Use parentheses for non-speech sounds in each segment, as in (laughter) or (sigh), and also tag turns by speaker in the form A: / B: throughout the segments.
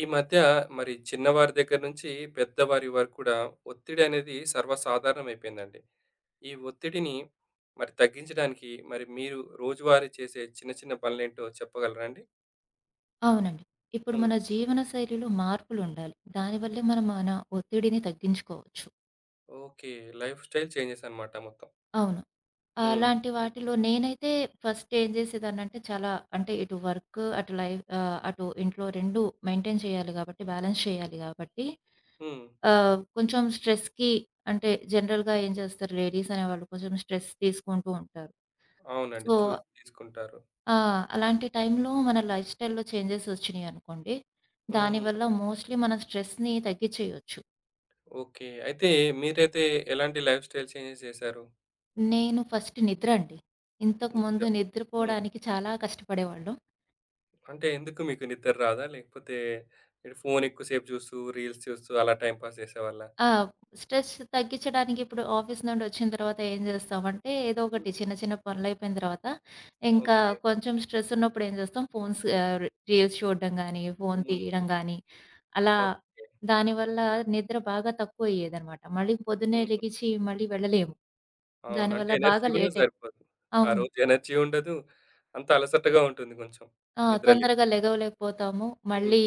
A: ఈ మధ్య మరి చిన్నవారి దగ్గర నుంచి పెద్దవారి వరకు కూడా ఒత్తిడి అనేది సర్వసాధారణం అయిపోయిందండి. ఈ ఒత్తిడిని మరి తగ్గించడానికి మరి మీరు రోజువారీ చేసే చిన్న చిన్న పనులేంటో చెప్పగలరా అండి?
B: అవునండి. ఇప్పుడు మన
A: హ్మ్.
B: జీవన శైలిలో మార్పులుండాలి. దానివల్లే మనం మన ఒత్తిడిని తగ్గించుకోవచ్చు.
A: ఓకే. లైఫ్ స్టైల్ చేంజెస్ అన్నమాట మొత్తం.
B: అవును.
A: హ్మ్.
B: అలాంటి వాటిలో నేనైతే ఫస్ట్ ఏం చేసేదాన్నంటే చాలా అంటే ఇటు వర్క్, అటు లైఫ్ అటు ఇంట్లో 2 మెయింటైన్ చేయాలి కాబట్టి, బ్యాలెన్స్ చేయాలి కాబట్టి
A: హ్మ్.
B: కొంచెం స్ట్రెస్‌కి అంటే జనరల్‌గా ఏం చేస్తారు, లేడీస్ అనేవాళ్ళు కొంచెం స్ట్రెస్ తీసుకుంటూ ఉంటారు.
A: అవునండి.
B: సో
A: చూసి తీసుకుంటారు.
B: ఆ! అలాంటి టైంలో మన లైఫ్ స్టైల్‌లో చేంజెస్ వచ్చినాయనుకోండి,
A: హ్మ్.
B: దానివల్ల మోస్ట్‌లీ మన స్ట్రెస్‌ని తగ్గిచేయొచ్చు.
A: ఓకే. అయితే మీరైతే ఎలాంటి లైఫ్ స్టైల్ చేంజెస్ చేశారు?
B: నేను ఫస్ట్ నిద్ర అండి.
A: నిద్ర
B: ఇంతకుముందు
A: హ్మ్.
B: నిద్రపోవడానికి చాలా కష్టపడేవాళ్ళం.
A: అంటే ఎందుకు మీకు నిద్ర రాదా? లేకపోతే మీరు ఫోను ఎక్కువసేపు చూస్తూ, రీల్స్ చూస్తూ అలా టైమ్ పాస్ చేసేవాళ్ళా?
B: ఆ! స్ట్రెస్ తగ్గించడానికి ఇప్పుడు ఆఫీస్ నుండి వచ్చిన తర్వాత ఏం చేస్తామంటే, ఏదో ఒకటి
A: హ్మ్.
B: చిన్న చిన్న పనులయిపోయిన తర్వాత, ఇంకా
A: ఓకే.
B: కొంచెం స్ట్రెస్ ఉన్నప్పుడు ఏం చేస్తాం, ఫోన్స్ రీల్స్ చూడడం గానీ, ఫోన్
A: హ్మ్.
B: తీయడం గానీ, అలా
A: ఓకే.
B: దానివల్ల నిద్ర బాగా తక్కువయ్యేదనమాట. మళ్ళీ పొద్దున్నే
A: హ్మ్.
B: లెగిచి మళ్ళీ వెళ్ళలేము.
A: అవును. అంటే
B: దానివల్ల
A: ఎనర్జీ
B: బాగా
A: గూడా
B: లేట్ అయి
A: సరిపోదు. ఆ
B: అవును.
A: రోజు ఎనర్జీ ఉండదు. అంతా అలసటగా ఉంటుంది కొంచెం.
B: ఆ!
A: నిద్ర లేదు.
B: తొందరగా లెగవలేకపోతాము.
A: హ్మ్.
B: మళ్ళీ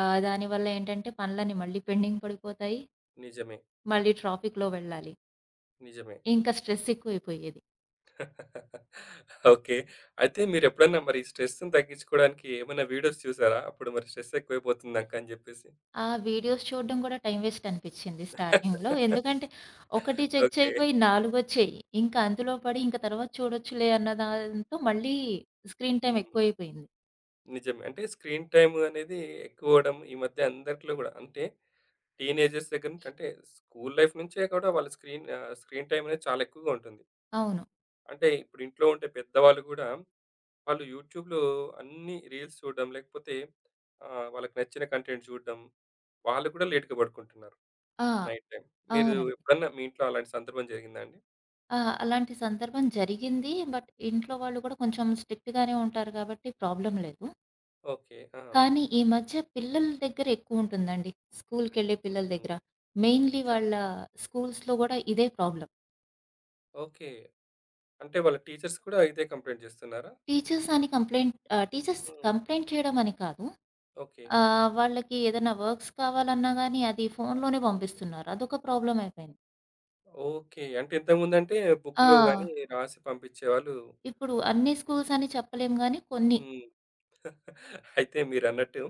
B: దానివల్ల ఏంటంటే పనులన్నీ మళ్ళీ పెండింగ్ పడిపోతాయి.
A: నిజమే.
B: మళ్ళీ ట్రాఫిక్‌లో వెళ్ళాలి.
A: నిజమే.
B: ఇంకా స్ట్రెస్ ఎక్కువైపోయేది.
A: (laughs) ఓకే. అయితే మీరెప్పుడన్నా మరి స్ట్రెస్‌ని తగ్గించుకోవడానికి ఏమైనా వీడియోస్ చూసారా? అప్పుడు మరి స్ట్రెస్ ఎక్కువైపోతుంది నాకు అని జెప్పేసి.
B: ఆ వీడియోస్ చూడడం కూడా టైమ్ వేస్ట్ అనిపిచ్చింది స్టార్టింగ్‌లో.
A: (laughs)
B: ఎందుకంటే ఒకటి చెక్
A: ఓకే.
B: చేయపోయి నాలుగొచ్చేయి. ఇంకా అందులో పడి ఇంక తర్వాత చూడొచ్చులే అన్న దాంతో మళ్ళీ స్క్రీన్ టైమ్
A: హ్మ్.
B: ఎక్కువైపోయింది.
A: నిజమే. అంటే స్క్రీన్ టైమ్ అనేది ఎక్కువవ్వడం ఈ మధ్య అందరిలో గూడా. అంటే టీనేజర్స్ దగ్గర నుంచి అంటే స్కూల్ లైఫ్ నుంచే కూడా వాళ్ళ స్క్రీన్ స్క్రీన్ టైమ్ అనేది చాలా ఎక్కువగా ఉంటుంది.
B: అవును.
A: అంటే ఇప్పుడు ఇంట్లో ఉండే పెద్దవాళ్ళు గూడా వాళ్ళు యూట్యూబ్‌లో అన్ని రీల్స్ చూడడం లేకపోతే వాళ్ళకి నచ్చిన కంటెంట్ చూడడం. వాళ్ళు కూడా లేట్‌గా పడుకుంటున్నారు
B: ఆ!
A: Night time. మీరు
B: అవునండి.
A: ఎప్పుడన్నా మీ ఇంట్లో అలాంటి సందర్భం జరిగిందా అండి?
B: ఆ! అలాంటి సందర్భం జరిగింది. బట్ ఇంట్లో వాళ్ళు కూడా కొంచెం స్ట్రిక్ట్‌గానే ఉంటారు కాబట్టి ప్రాబ్లమ్ లేదు.
A: ఓకే. ఆ!
B: కానీ ఈ మధ్య పిల్లల దగ్గర ఎక్కువుంటుందండి. స్కూల్‌కెళ్ళే పిల్లల
A: హ్మ్.
B: దగ్గర. మెయిన్‌లీ
A: నిజమే.
B: వాళ్ళ స్కూల్స్‌లో గూడా ఇదే ప్రాబ్లమ్.
A: ఓకే. అంటే వాళ్ళ టీచర్స్ కూడా ఇదే కంప్లెయింట్ చేస్తున్నారా?
B: టీచర్స్
A: హ్మ్.
B: కంప్లెయింట్ చేయడం అని కాదు.
A: ఓకే.
B: వాళ్ళకి ఏదైనా వర్క్స్ కావాలన్నా గానీ అది ఫోన్‌లోనే
A: హ్మ్.
B: పంపిస్తున్నారు. అదొక ప్రాబ్లమ్ అయిపోయింది.
A: ఓకే. అంటే ఇంతకుముందంటే బుక్‌లో గాని
B: ఆ!
A: రాసి పంపించేవాళ్ళు.
B: ఇప్పుడు అన్ని స్కూల్స్ అని చెప్పలేం గానీ కొన్ని.
A: హ్మ్. (laughs) అయితే మీరన్నట్టు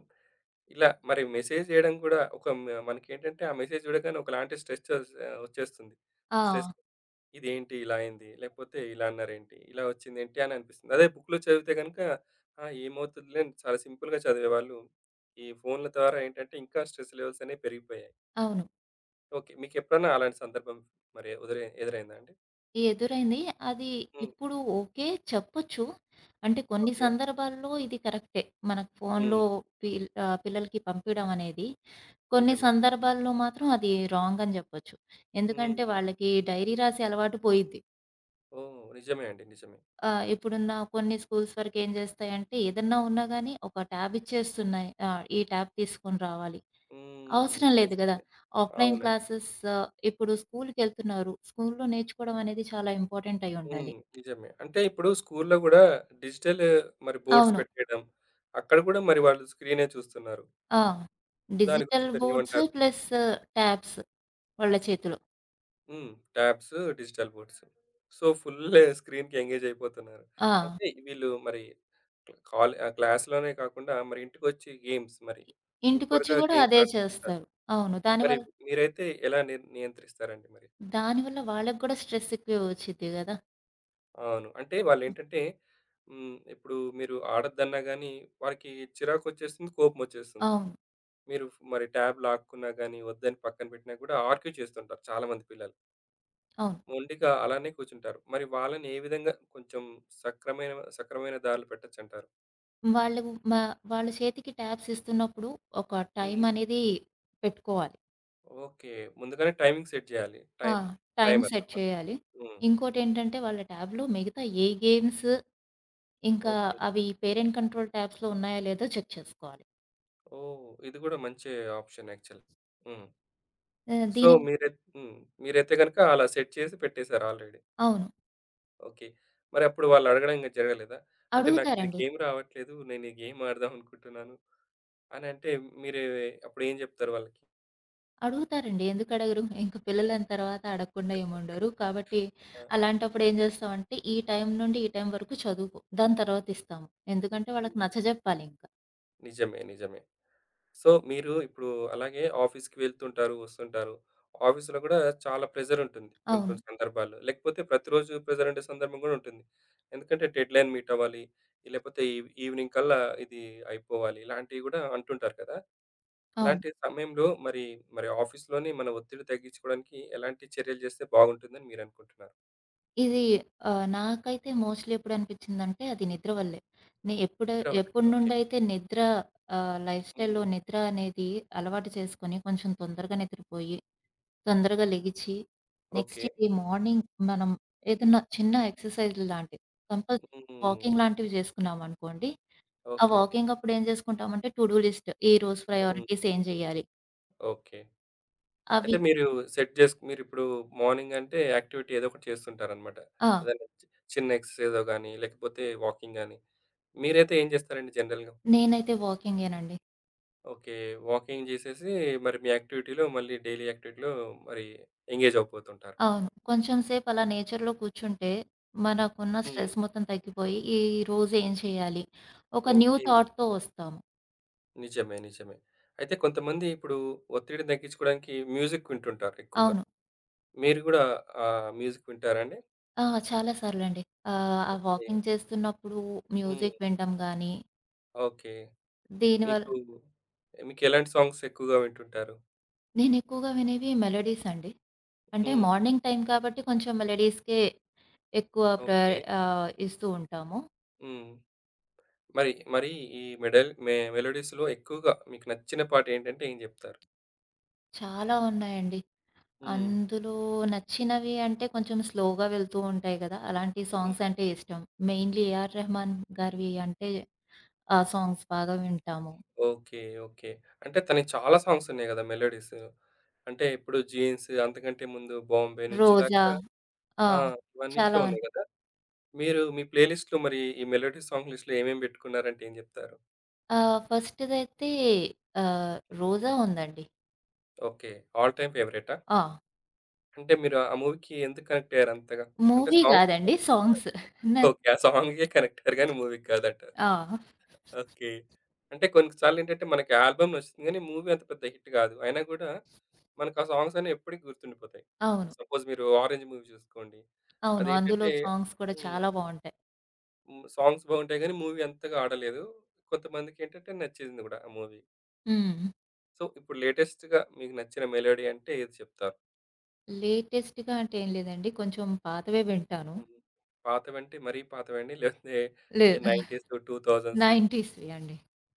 A: ఇలా మరి మెసేజ్ జేయడం గూడా ఒక మనకేంటంటే ఆ మెసేజ్ చూడగానే ఒకలాంటి స్ట్రెస్ ఒచ్చేస్తుంది. స్ట్రెస్
B: ఆ!
A: ఇదేంటి ఇలా అయింది? లేకపోతే ఇలా అన్నారేంటి? ఇలా ఒచ్చిందేంటి? అని అనిపిస్తుంది. అదే బుక్‌లో చదివితే గనుక ఆ! ఏమవుతుందిలే అని చాలా సింపుల్‌గా చదివేవాళ్ళు. ఈ ఫోన్‌ల ద్వారా ఏంటంటే ఇంకా స్ట్రెస్ లెవెల్స్ అనేవి పెరిగిపోయాయి.
B: అవును.
A: ఓకే. మీకెప్పుడన్నా అలాంటి సందర్భం మరి ఎదురైందా అండి?
B: ఎదురైంది. అది
A: హ్మ్.
B: ఇప్పుడు ఓకే. చెప్పొచ్చు. అంటే కొన్ని
A: ఓకే.
B: సందర్భాల్లో ఇది కరెక్టే. మనకు ఫోన్‌లో
A: హ్మ్.
B: పిల్లలకి పంపియడం అనేది. కొన్ని
A: నిజమే.
B: సందర్భాల్లో మాత్రం అది రాంగ్ అని జెప్పొచ్చు. ఎందుకంటే
A: హ్మ్.
B: వాళ్ళకి డైరీ రాసే అలవాటు పోయిద్ది.
A: ఓహ్! నిజమే అండి. నిజమే.
B: ఇప్పుడున్న కొన్ని స్కూల్స్ వరకేం జేస్తాయంటే ఏదన్నా ఉన్నా గానీ ఒక ట్యాబ్ ఇచ్చేస్తున్నాయి. ఈ ట్యాబ్ తీసుకొని రావాలి.
A: హ్మ్.
B: అవసరం లేదు గదా!
A: నిజమే.
B: ఆఫ్‌లైన్
A: అవునండి.
B: క్లాసెస్ ఇప్పుడు స్కూల్‌కెళ్తున్నారు. స్కూల్‌లో నేర్చుకోవడం అనేది చాలా ఇంపార్టెంట్
A: హ్మ్.
B: అయ్యుండాలి.
A: నిజమే. అంటే ఇప్పుడు స్కూల్‌లో గూడా డిజిటల్ మరి బోర్డ్స్
B: అవును.
A: పెట్టేయడం, అక్కడ గూడా మరి వాళ్ళు స్క్రీనే చూస్తున్నారు.
B: ఆ!
A: దాని గురించి
B: డిజిటల్ బోర్డ్స్
A: మీరేమంటారు?
B: ప్లస్ ట్యాబ్స్ వాళ్ళ చేతిలో.
A: హ్మ్. Tabs, digital boards. So, full స్క్రీన్‌కి ఎంగేజ్ అయిపోతున్నారు.
B: ఆ!
A: అంటే వీళ్ళు మరి క్లాస్‌లోనే కాకుండా మరి ఇంటికొచ్చి గేమ్స్ మరి
B: ఇంటికొచ్చి
A: సూపర్‌గా
B: గూడా
A: గేమ్స్
B: అదే
A: ఆడుతుంటారు.
B: చేస్తారు. అవును.
A: మరి
B: దానివల్ల
A: మీరైతే ఎలా నియంత్రిస్తారండి మరి?
B: దానివల్ల వాళ్ళకి గూడా స్ట్రెస్ ఎక్కువే వచ్చిద్ది గదా!
A: అవును. అంటే వాళ్ళేంటంటే హ్మ్. ఇప్పుడు మీరు ఆడొద్దన్నా గాని వారికి చిరాకొచ్చేస్తుంది, కోపమొచ్చేస్తుంది.
B: అవును.
A: మీరు మరి ట్యాబ్ లాక్కున్నా గాని, వద్దని పక్కన పెట్టినా కూడా ఆర్గ్యూ చేస్తుంటారు చాలామంది పిల్లలు.
B: అవును.
A: మొండిగా అలానే కూర్చుంటారు. మరి వాళ్ళని ఏ విధంగా కొంచెం సక్రమైన సక్రమైన దారులు పెట్టొచ్చంటారు?
B: వాళ్ళు మా వాళ్ళ చేతికి ట్యాబ్స్ ఇస్తున్నప్పుడు ఒక టైమ్
A: హ్మ్.
B: అనేది పెట్టుకోవాలి.
A: ఓకే. ముందుగానే టైమింగ్ సెట్ జేయాలి.
B: ఆ!
A: టైమ్
B: టైమ్
A: టైమర్
B: సెట్
A: అన్నమాట.
B: చేయాలి.
A: హ్మ్.
B: ఇంకోటేంటంటే వాళ్ళ ట్యాబ్‌లో మిగతా ఏ గేమ్స్ ఇంకా
A: ఓకే.
B: అవి పేరెంట్ కంట్రోల్ ట్యాబ్స్‌లో ఉన్నాయా లేదో చెక్ చేసుకోవాలి.
A: ఓహ్! ఇది గూడా మంచి ఆప్షన్ యాక్చువల్‌గా. హ్మ్.
B: ఆహ్,
A: సో,
B: దీని
A: హ్మ్. మీరైతే గనక అలా సెట్ చేసి పెట్టేసారు ఆల్రెడీ.
B: అవును.
A: ఓకే. మరప్పుడు వాళ్ళడగడం ఇంక జరగలేదా? అంటే, "నాకిది
B: అడుగుతారండి.
A: గేమ్ రావట్లేదు. నేను ఈ గేమ్ ఆడదాం అనుకుంటున్నాను" అనంటే, మీరు అప్పుడేం జెప్తారు వాళ్ళకి?
B: అడుగుతారండి. ఎందుకు అడగరు? ఇంక పిల్లలైన తర్వాత అడగకుండా ఏముండరు. కాబట్టి
A: ఆ!
B: అలాంటప్పుడు ఏం చేస్తామంటే, ఈ టైం నుండి ఈ టైం వరకు చదువుకో, దాని తర్వాత ఇస్తాము. ఎందుకంటే వాళ్ళకి
A: హ్మ్.
B: నచ్చజెప్పాలింక.
A: నిజమే. నిజమే. సో, మీరు ఇప్పుడు అలాగే ఆఫీస్‌కి వెళ్తుంటారు, వస్తుంటారు. ఆఫీస్‌లో గూడా చాలా ప్రెజరుంటుంది కొన్ని
B: అవును.
A: కొన్ని సందర్భాల్లో. లేకపోతే ప్రతిరోజు ప్రెజరుండే సందర్భం గూడా ఉంటుంది. ఎందుకంటే, డెడ్‌లైన్ మీటవ్వాలి, లేపోతే ఈవినింగ్ కల్లా ఇది అయిపోవాలి. ఇలాంటివి గూడా అంటుంటారు కదా!
B: అవును.
A: అలాంటి సమయంలో మరి మరి ఆఫీస్‌లోనే మన ఒత్తిడి తగ్గించుకోవడానికి ఎలాంటి చర్యలు చేస్తే బాగుంటుందని మీరనుకుంటున్నారు?
B: ఇది నాకైతే మోస్ట్‌లీ ఎప్పుడనిపించిందంటే అది నిద్ర వల్లే. నే ఎప్పుడు
A: నిద్రవల్లనే. ఓకే.
B: ఎప్పటినుండైతే నిద్ర లైఫ్ స్టైల్‌లో
A: హ్మ్.
B: నిద్ర అనేది అలవాటు చేసుకొని కొంచెం తొందరగా నిద్రపోయి తొందరగా లెగిచి,
A: ఓకే.
B: నెక్స్ట్ డే మార్నింగ్ మనం ఏదన్నా చిన్న ఎక్సర్‌సైజ్ లాంటివి, కంపల్సరీ
A: హ్మ్.
B: వాకింగ్ లాంటివి చేసుకున్నామనుకోండి, ఆ
A: ఓకే.
B: వాకింగ్ అప్పుడు ఏం చేసుకుంటామంటే టు డూ లిస్ట్, ఈ రోజు
A: హ్మ్.
B: ప్రయారిటీస్ ఏం చేయాలి?
A: ఓకే.
B: అవి
A: అయితే మీరు సెట్ చేసు మీరిప్పుడు మార్నింగ్ అంటే యాక్టివిటీ ఏదో ఒకటి చేస్తుంటారనమాట.
B: ఆ!
A: ఏదైనా చిన్న ఎక్సర్‌సైజో గాని, లేకపోతే వాకింగ్ గాని. మీరైతే ఏం చేస్తారండి జనరల్‌గా?
B: నేనైతే వాకింగేనండి.
A: ఓకే. వాకింగ్ చేసేసి మరి మీ యాక్టివిటీలో మళ్ళీ డైలీ యాక్టివిటీలో మరి ఎంగేజ్ అవ్వబోతుంటారు.
B: అవును. కొంచెం సేపు అలా నేచర్‌లో కూర్చుంటే మనకున్న
A: హ్మ్.
B: స్ట్రెస్ మొత్తం తగ్గిపోయి, ఈ రోజు ఏం చేయాలి, ఒక న్యూ
A: ఓకే.
B: థాట్‌తో వస్తాము.
A: నిజమే. నిజమే. అయితే కొంతమంది ఇప్పుడు ఒత్తిడిని తగ్గించుకోవడానికి మ్యూజిక్ వింటుంటారు ఎక్కువగా.
B: అవును.
A: మీరు గూడా మ్యూజిక్ వింటారా అండి?
B: ఆ! చాలా సార్లండి. ఆ
A: ఏ
B: వాకింగ్ చేస్తున్నప్పుడు
A: హ్మ్.
B: మ్యూజిక్ వినడం గానీ,
A: ఓకే.
B: దీనివల్ల
A: మీకు మీకెలాంటి సాంగ్స్ ఎక్కువగా వింటుంటారు?
B: నేనెక్కువగా వినేవి మెలోడీస్ అండి. అంటే
A: హ్మ్.
B: మార్నింగ్ టైమ్ కాబట్టి కొంచెం మెలోడీస్‌కే ఎక్కువ
A: ఓకే.
B: ప్రయారి ఆహ్, ఇస్తూ ఉంటాము.
A: హ్మ్. మరి మరి ఈ మెడల్ మె మెలోడీస్‌లో ఎక్కువగా మీకు నచ్చిన పాట ఏంటంటే ఏం జెప్తారు?
B: చాలా ఉన్నాయండి.
A: హ్మ్.
B: అందులో నచ్చినవి అంటే కొంచెం స్లోగా వెళ్తూ ఉంటాయి గదా! అలాంటి
A: హ్మ్.
B: సాంగ్స్ అంటే ఇష్టం. మెయిన్‌లీ ఏఆర్ రెహమాన్ గారివి అంటే, ఆ సాంగ్స్ బాగా వింటాము.
A: ఓకే. ఓకే. అంటే తనయి చాలా సాంగ్స్ ఉన్నాయి గదా! మెలోడీస్. అంటే ఇప్పుడు 'జీన్స్' అంతకంటే ముందు 'బాంబే' నుంచి
B: 'రోజా'
A: దాకా
B: ఆ!
A: ఆ!
B: చాలా
A: ఇవన్నిట్లో ఉన్నాయి
B: ఉన్నాయి.
A: గదా! మీరు మీ ప్లే లిస్ట్‌లో మరి ఈ మెలోడీ సాంగ్ లిస్ట్‌లో ఏమేమి పెట్టుకున్నారంటే ఏం జెప్తారు?
B: ఫస్ట్‌దైతే 'రోజా' ఉందండి.
A: ఓకే. ఆల్ టైమ్ ఫేవరెటా?
B: ఆ!
A: అంటే మీరు ఆ మూవీకి ఎందుకు కనెక్ట్ అయ్యారు అంతగా? అంటే
B: మూవీ
A: సాంగ్స్
B: గాదండి, సాంగ్స్.
A: (laughs)
B: నా
A: ఓకే. ఆ సాంగ్‌కే కనెక్ట్ అయ్యారు గానీ మూవీకి కాదంటారు.
B: ఆ!
A: ఓకే. అంటే కొన్ని సార్లు ఏంటంటే మనకి ఆల్బమ్ నచ్చుతుంది గానీ మూవీ అంత పెద్ద హిట్ గాదు. అయినా గూడా మనకు ఆ సాంగ్స్ అనేవి ఎప్పటికి గుర్తుండిపోతాయి.
B: అవును.
A: సపోజ్ మీరు 'ఆరెంజ్' మూవీ చూసుకోండి.
B: అవును. అందులో
A: అదేంటంటే
B: సాంగ్స్ కూడా
A: హ్మ్.
B: చాలా బావుంటాయి.
A: హ్మ్. సాంగ్స్ బాగుంటాయి గానీ మూవీ అంతగా ఆడలేదు. కొంతమందికేంటంటే నచ్చేసింది గూడా ఆ మూవీ.
B: హ్మ్.
A: సో, ఇప్పుడు లేటెస్ట్‌గా మీకు నచ్చిన మెలోడీ అంటే ఏది చెప్తారు?
B: లేటెస్ట్‌గా అంటే ఏం లేదండి. కొంచెం పాతవే వింటాను.
A: హ్మ్. పాతవంటే మరీ పాతవండి లేకపోతే ఏ
B: లే
A: 90s, 2000s
B: 90స్‌వి అండి.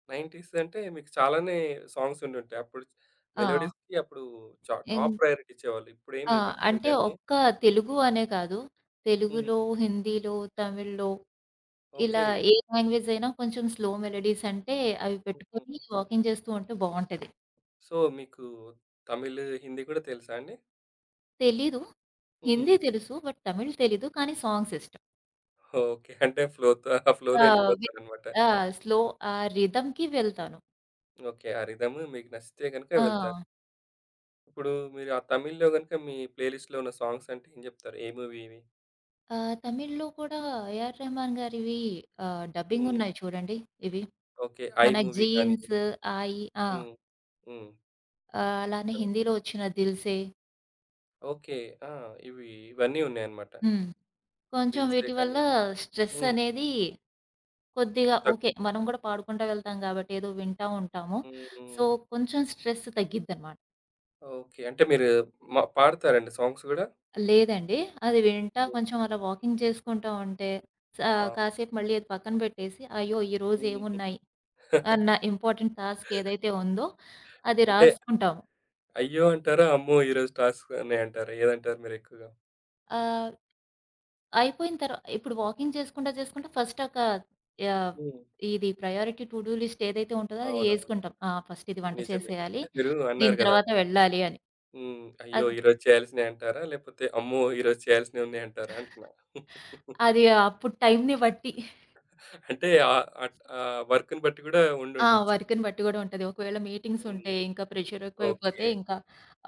A: 90s అంటే మీకు చాలానే సాంగ్స్ ఉండుంటాయి. అప్పుడు
B: ఆ!
A: మెలోడీస్‌కి అప్పుడు
B: ఇం
A: టాప్ ప్రయారిటీ ఇచ్చేవాళ్ళు. ఇప్పుడేమి
B: ఆ!
A: ఇవ్వట్లేదు
B: అంటే
A: గానీ
B: ఒక్క తెలుగు అనే కాదు,
A: హ్మ్.
B: తెలుగులో, హిందీలో, తమిళ్‌లో ఇలా
A: ఓకే.
B: ఏ లాంగ్వేజ్ అయినా కొంచెం స్లో మెలోడీస్ అంటే అవి
A: హ్మ్.
B: పెట్టుకొని వాకింగ్ చేస్తూ ఉంటే బావుంటది.
A: సో, మీకు తమిళ్, హిందీ కూడా తెలుసా అండి?
B: తెలీదు.
A: హ్మ్.
B: హిందీ తెలుసు, బట్ తమిళ్ తెలీదు. కానీ సాంగ్స్ ఇష్టం.
A: ఓకే. అంటే ఫ్లోతో ఆ ఫ్లోలో
B: ఆ! వి
A: ఎళ్ళిపోతారనమాట.
B: ఆ! స్లో ఆ రిథమ్‌కి వెళ్తాను.
A: ఓకే. ఆ రిథమ్ మీకు నచ్చితే గనుక వెళ్తారు.
B: ఆ!
A: ఇప్పుడు మీరు ఆ తమిళ్‌లో గనుక మీ ప్లే లిస్ట్‌లో ఉన్న సాంగ్స్ అంటే ఏం జెప్తారు? ఏ మూవీ ఇవి?
B: తమిళ్‌లో కూడా ఏఆర్ రెహమాన్ గారివి డబ్బింగ్
A: హ్మ్.
B: ఉన్నాయి చూడండి. ఇవి
A: ఓకే. 'ఐ'
B: మనకి
A: మూవీ గాని
B: 'జీన్స్', 'ఆయి' ఆ!
A: హ్మ్. హ్మ్.
B: అలానే
A: నిజమే.
B: హిందీలో వచ్చిన 'దిల్‌సే'.
A: ఓకే. ఆ! ఇవన్నీ ఉన్నాయన్నమాట.
B: హ్మ్. కొంచెం
A: 'దిల్‌సే'
B: వీటి వల్ల
A: గాని
B: స్ట్రెస్
A: హ్మ్.
B: అనేది కొద్దిగా
A: తక్
B: ఓకే. మనం కూడా పాడుకుంటా వెళ్తాం కాబట్టి ఏదో వింటా ఉంటాము. సో,
A: హ్మ్.
B: కొంచెం స్ట్రెస్ తగ్గిద్దనమాట.
A: ఓకే. అంటే మీరు పాడతారండి సాంగ్స్ గూడా?
B: లేదండి, అది వింటా
A: హ్మ్.
B: కొంచెం అలా వాకింగ్ చేసుకుంటా ఉంటే,
A: ఆ!
B: కాసేపు మళ్ళీ అది పక్కన పెట్టేసి, అయ్యో! ఈరోజు
A: హ్మ్.
B: ఏమున్నాయి అన్న
A: (laughs)
B: ఇంపార్టెంట్ టాస్క్ ఏదైతే ఉందో అది
A: అంటే
B: రాసుకుంటాం.
A: అయ్యో! అంటారా? అమ్మో! ఈరోజు టాస్క్‌లు ఉన్నాయంటారా? ఏదంటారు మీరెక్కువగా?
B: ఆహ్, అయిపోయిన తర్వా ఇప్పుడు వాకింగ్ చేసుకుంటా, చేసుకుంటా ఫస్ట్ ఒక యాహ్!
A: హ్మ్.
B: ఇది ప్రయారిటీ, టు డూ లిస్ట్ ఏదైతే ఉంటదో అది
A: అవునవును.
B: ఏసుకుంటాం. ఆ! ఫస్ట్ ఇది వంట
A: నిజమే.
B: చేసేయాలి,
A: అంటే మీరు అన్నారు
B: దీని
A: గదా!
B: తర్వాత వెళ్ళాలి అని.
A: హ్మ్. అయ్యో!
B: అద్
A: ఈరోజు చేయాల్సినయి అంటారా? లేపోతే అమ్మో! ఈరోజు చేయాల్సినయి ఉన్నాయంటారా అంటున్నా? (laughs)
B: అది అప్పుడు టైంని బట్టి,
A: అంటే ఆహ్, అట్ ఆ వర్క్‌ని బట్టి గూడా
B: ఆ!
A: ఉండుండొచ్చు.
B: వర్క్‌ని బట్టి గూడా ఉంటది. ఒకవేళ మీటింగ్స్ ఉంటే
A: హ్మ్.
B: ఇంకా ప్రెషర్ ఎక్కువైపోతే
A: ఓకే.
B: ఇంకా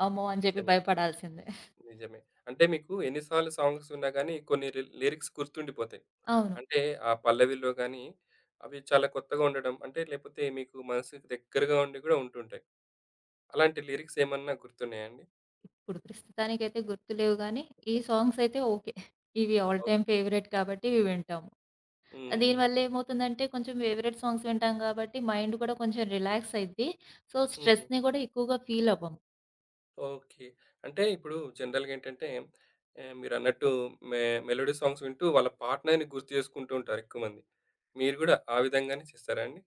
B: అమ్మో! అని జెప్పి
A: నిజమే.
B: భయపడాల్సిందే.
A: నిజమే. అంటే మీకు ఎన్ని సార్లు సాంగ్స్ విన్నా గానీ కొన్ని లిరిక్స్ గుర్తుండిపోతాయి.
B: అవును.
A: అంటే ఆ పల్లవిలో గానీ అవి చాలా కొత్తగా ఉండడం అంటే లేపోతే మీకు మనసుకి దగ్గరగా ఉండి గూడా ఉంటుంటాయి. అలాంటి లిరిక్స్ ఏమన్నా గుర్తున్నాయా అండి?
B: ఇప్పుడు ప్రస్తుతానికైతే గుర్తులేవు గానీ, ఈ సాంగ్స్ అయితే ఓకే. ఇవి ఆల్
A: ఓహ్!
B: టైమ్ ఫేవరెట్ కాబట్టి ఇవి వింటాం.
A: హ్మ్.
B: దీనివల్ల ఏమవుతుందంటే కొంచెం ఫేవరెట్ సాంగ్స్ వింటాం కాబట్టి మైండ్ కూడా కొంచెం రిలాక్స్ అయిద్ది. సో,
A: హ్మ్.
B: స్ట్రెస్‌ని కూడా ఎక్కువగా ఫీల్ అవ్వం.
A: ఓకే. అంటే ఇప్పుడు జనరల్‌గా ఏంటంటే మీరన్నట్టు మె మెలోడీ సాంగ్స్ వింటూ వాళ్ళ పార్ట్నర్‌ని గుర్తు చేసుకుంటూ ఉంటారు ఎక్కువ మంది. మీరు గూడా ఆ విధంగానే చేస్తారా అండి?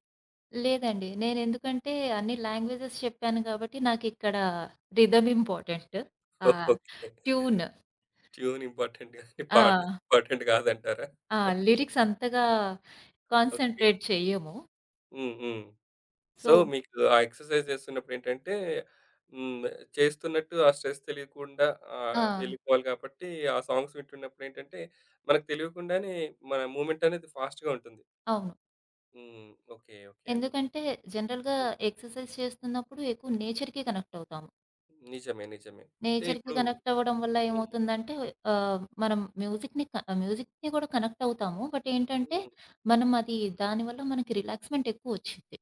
B: లేదండి. నేను ఎందుకంటే అన్ని లాంగ్వేజెస్ చెప్పాను కాబట్టి నాకిక్కడ రిథమ్ ఇంపార్టెంట్. ఆ!
A: ఓకే.
B: ట్యూన్.
A: ట్యూన్ ఇంపార్టెంట్ గాని పార్ట్నర్
B: ఆ!
A: ఇంపార్టెంట్ కాదంటారా?
B: ఆ! లిరిక్స్ అంతగా
A: ఓకే.
B: కాన్సంట్రేట్ చెయ్యము.
A: హ్మ్. హ్మ్. సో,
B: సో
A: మీకు ఆ ఎక్సర్‌సైజ్ చేస్తున్నప్పుడు ఏంటంటే హ్మ్. చేస్తున్నట్టు ఆ స్ట్రెస్ తెలియకుండా
B: ఆ!
A: వెళ్ళిపోవాలి కాబట్టి ఆ సాంగ్స్ వింటున్నప్పుడు ఏంటంటే మనకు తెలియకుండానే మన మూవ్‌మెంట్ అనేది ఫాస్ట్‌గా ఉంటుంది.
B: అవును.
A: హ్మ్. ఓకే. ఓకే అండి.
B: ఎందుకంటే జనరల్‌గా ఎక్సర్సైజ్ చేస్తున్నప్పుడు ఎక్కువ నేచర్‌కి కనెక్ట్ అవుతాము.
A: నిజమే. నిజమే. అంటే
B: నేచర్‌కి
A: ఇప్పుడు
B: కనెక్ట్ అవ్వడం వల్ల
A: హ్మ్.
B: ఏమవుతుందంటే ఆహ్, మనం మ్యూజిక్‌ని క మ్యూజిక్‌కి కూడా కనెక్ట్ అవుతాము. బట్ ఏంటంటే,
A: హ్మ్.
B: మనం అది దానివల్ల మనకి రిలాక్స్‌మెంట్ ఎక్కువొచ్చిద్ది.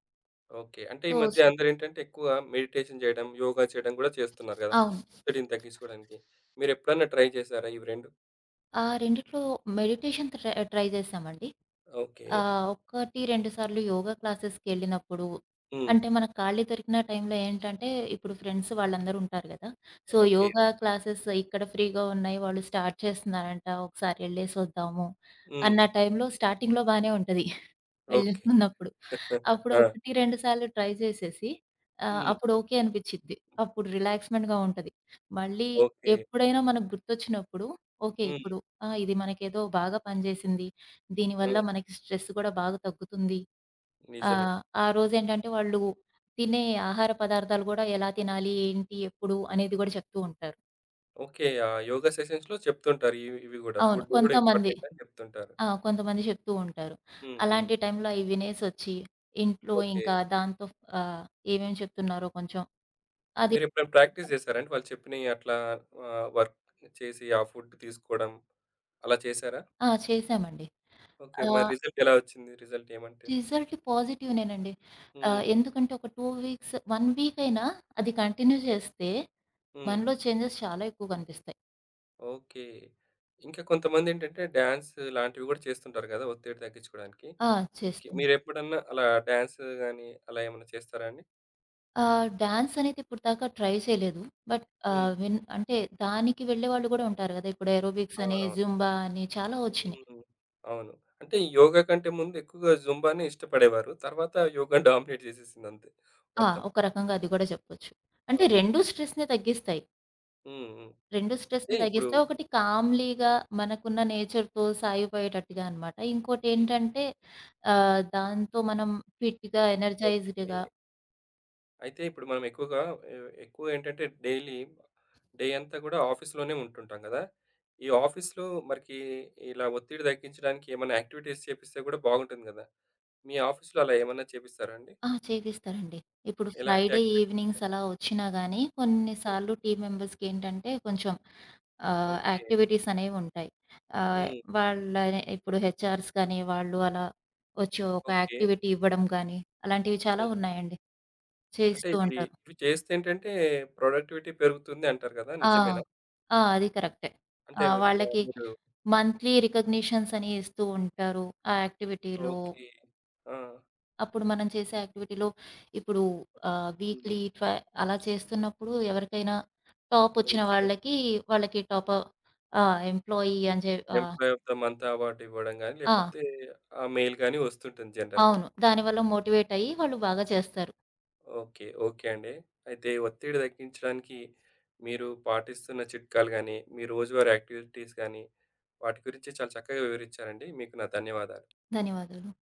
A: ఓకే. అంటే ఈ
B: సో,
A: మధ్య అందరేంటంటే ఎక్కువ మెడిటేషన్ జేయడం, యోగా చేయడం గూడా చేస్తున్నారు గదా!
B: అవును.
A: ఒత్తిడిని తగ్గించుకోవడానికి. మీరెప్పుడన్నా ట్రై చేశారా ఇవి 2?
B: ఆ రెండిట్లో మెడిటేషన్ ట్రై ట్రై చేశామండి.
A: ఓకే.
B: ఆహ్, ఒకటి, 2 సార్లు యోగా క్లాసెస్‌కెళ్ళినప్పుడు,
A: హ్మ్.
B: అంటే మనకు ఖాళీ దొరికిన టైంలో ఏంటంటే, ఇప్పుడు ఫ్రెండ్స్ వాళ్ళందరూ ఉంటారు కదా! So,
A: okay.
B: యోగా క్లాసెస్ ఇక్కడ ఫ్రీగా ఉన్నాయి, వాళ్ళు స్టార్ట్ చేస్తున్నారంట, ఒకసారి ఎళ్ళేసొద్దాము
A: హ్మ్.
B: అన్న టైంలో, స్టార్టింగ్‌లో బానే ఉంటది
A: ఓకే.
B: వెళ్ళినప్పుడు.
A: (laughs)
B: అప్పుడు
A: ఆ!
B: 1, 2 సార్లు ట్రై చేసేసి
A: హ్మ్.
B: అప్పుడు ఓకే అనిపిచ్చిద్ది. అప్పుడు రిలాక్స్‌మెంట్‌గా ఉంటది. మళ్ళీ
A: ఓకే.
B: ఎప్పుడైనా మనకు గుర్తొచ్చినప్పుడు ఓకే.
A: హ్మ్.
B: ఇప్పుడు ఆ! ఇది మనకేదో బాగా పనిచేసింది. దీనివల్ల
A: హ్మ్.
B: మనకి స్ట్రెస్ కూడా బాగా తగ్గుతుంది.
A: నిజమే.
B: ఆ రోజేంటంటే వాళ్ళు తినే ఆహార పదార్థాలు గూడా ఎలా తినాలి, ఏంటి, ఎప్పుడు అనేది గూడా చెప్తూ ఉంటారు.
A: ఓకే. ఆ యోగా సెషన్స్‌లో చెప్తుంటారు. ఇవి ఇవి గూడా
B: అవును.
A: ఫుడ్ గూడా
B: కొంతమంది
A: ఇంపార్టెంట్ అని చెప్తుంటారు.
B: ఆ! కొంతమంది చెప్తూ ఉంటారు.
A: హ్మ్. హ్మ్.
B: అలాంటి టైంలో అయి వినేసొచ్చి, ఇంట్లో
A: ఓకే.
B: ఇంకా దాంతో ఆహ్, ఏమేమి చెప్తున్నారో కొంచెం అది
A: మీరెప్పుడైనా ప్రాక్టీస్ జేశారా అండి? వాళ్ళు చెప్పినయి అట్లా వర్క్ చేసి ఆ ఫుడ్ తీసుకోవడం? అలా చేశారా?
B: ఆ! చేశామండి.
A: ఓకే. మరి
B: ఆహ్,
A: రిజల్ట్ ఎలా వచ్చింది? రిజల్ట్ ఏమంటే?
B: రిజల్ట్ పాజిటివ్‌నేనండి.
A: హ్మ్.
B: ఎందుకంటే ఒక 2 వీక్స్, 1 వీక్ అయినా అది కంటిన్యూ
A: ఓకే.
B: చేస్తే
A: హ్మ్.
B: మనలో చేంజెస్ చాలా ఎక్కువ కనిపిస్తాయి.
A: ఓకే. ఇంకా కొంతమందేంటంటే డాన్స్ లాంటివి గూడా చేస్తుంటారు గదా! ఒత్తిడి తగ్గించుకోవడానికి.
B: ఆ!
A: మీకి
B: చేస్తూ ఉంటా.
A: మీరెప్పుడన్నా అలా డాన్స్ గాని అలా ఏమన్నా చేస్తారా అండి?
B: డాన్స్ అనేది ఇప్పటిదాకా ట్రై చేయలేదు. బట్
A: హ్మ్.
B: ఆహ్, విన్ అంటే దానికి వెళ్ళేవాళ్ళు కూడా ఉంటారు కదా! ఇప్పుడు ఏరోబిక్స్ అని,
A: అవునవును.
B: జుంబా అని చాలా వచ్చినియి.
A: హ్మ్. అవును. అంటే ఈ యోగా కంటే ముందు ఎక్కువగా జుంబానే ఇష్టపడేవారు. తర్వాత యోగా (laughs) డామినేట్ చేసేసిందంతే
B: ఆ!
A: మొత్తం.
B: ఒక రకంగా అది గూడా చెప్పొచ్చు. అంటే
A: ఓకే.
B: 2 స్ట్రెస్‌ని తగ్గిస్తాయి.
A: హ్మ్. హ్మ్.
B: 2
A: అయితే
B: స్ట్రెస్‌ని
A: ఇప్పుడు
B: తగ్గిస్తాయి. ఒకటి కామ్లీగా మనకున్న నేచర్‌తో సాగిపోయేటట్టుగా అనమాట.
A: హ్మ్.
B: ఇంకోటేంటంటే దాంతో మనం ఫిట్‌గా,
A: ఓకే.
B: ఎనర్జైజ్డ్‌గా
A: అయితే ఇప్పుడు మనం ఎక్కువగా ఎ- ఎక్కువ ఏంటంటే డైలీ డే అంతా కూడా ఆఫీస్లోనే ఉంటుంటాం కదా ఈ ఆఫీస్లో మరికి ఇలా ఒత్తిడి తగ్గించడానికి ఏమైనా యాక్టివిటీస్ చేపిస్తే కూడా బాగుంటుంది కదా మీ ఆఫీస్లో అలా ఏమైనా చేపిస్తారా అండి
B: ఆ! చేపిస్తారండి. ఇప్పుడు
A: ఎలాంటి
B: ఫ్రైడే
A: యాక్టివిటీస్
B: ఈవినింగ్స్
A: ఉంటాయి
B: అలా వచ్చినా గానీ,
A: ఉమ్,
B: కొన్నిసార్లు టీమ్ మెంబర్స్‌కేంటంటే కొంచెం
A: ఓకే
B: యాక్టివిటీస్ అనేవుంటాయి. ఆహ్,
A: ఉమ్,
B: వాళ్ళ ఇప్పుడు హెచ్ఆర్స్ గానీ, వాళ్ళు అలా వచ్చి ఒక
A: ఓకే
B: యాక్టివిటీ ఇవ్వడం గానీ, అలాంటివి చాలా
A: ఉమ్.
B: ఉన్నాయండి.
A: అంటే
B: చేస్తూ
A: ఇవి
B: ఉంటారు.
A: ఇవి చేస్తే ఏంటంటే ప్రొడక్టివిటీ పెరుగుతుంది అంటారు కదా
B: ఆ!
A: నిజమేనా
B: ఆ! అది కరెక్టే.
A: అంటే
B: ఆ!
A: మీరు
B: వాళ్ళకి
A: మీరు-
B: మంత్లీ రికగ్నిషన్స్ అని ఇస్తూ ఉంటారు ఆ యాక్టివిటీలో.
A: ఓకే ఆ,
B: అప్పుడు మనం చేసే యాక్టివిటీలో ఇప్పుడు ఆహ్,
A: ఉమ్,
B: వీక్లీ ట్వ అలా చేస్తున్నప్పుడు ఎవరికైనా టాపొచ్చిన
A: ఓకే
B: వాళ్ళకి, వాళ్ళకి టాప్ ఆ! ఎంప్లాయీ అని చె ఆ!
A: Employee of the month award ఇవ్వడం గాని,
B: ఆ!
A: లేపోతే ఆ మెయిల్ గాని వస్తుంటుంది జనరల్‌గా.
B: అవును. దానివల్ల మోటివేట్ అయ్యి వాళ్ళు బాగా చేస్తారు.
A: ఓకే. ఓకే అండి. అయితే ఒత్తిడి తగ్గించడానికి మీరు పాటిస్తున్న చిట్కాలు గాని, మీ రోజువారీ యాక్టివిటీస్ గాని, వాటి గురించి చాలా చక్కగా వివరించారండి. మీకు నా ధన్యవాదాలు.
B: ధన్యవాదాలు.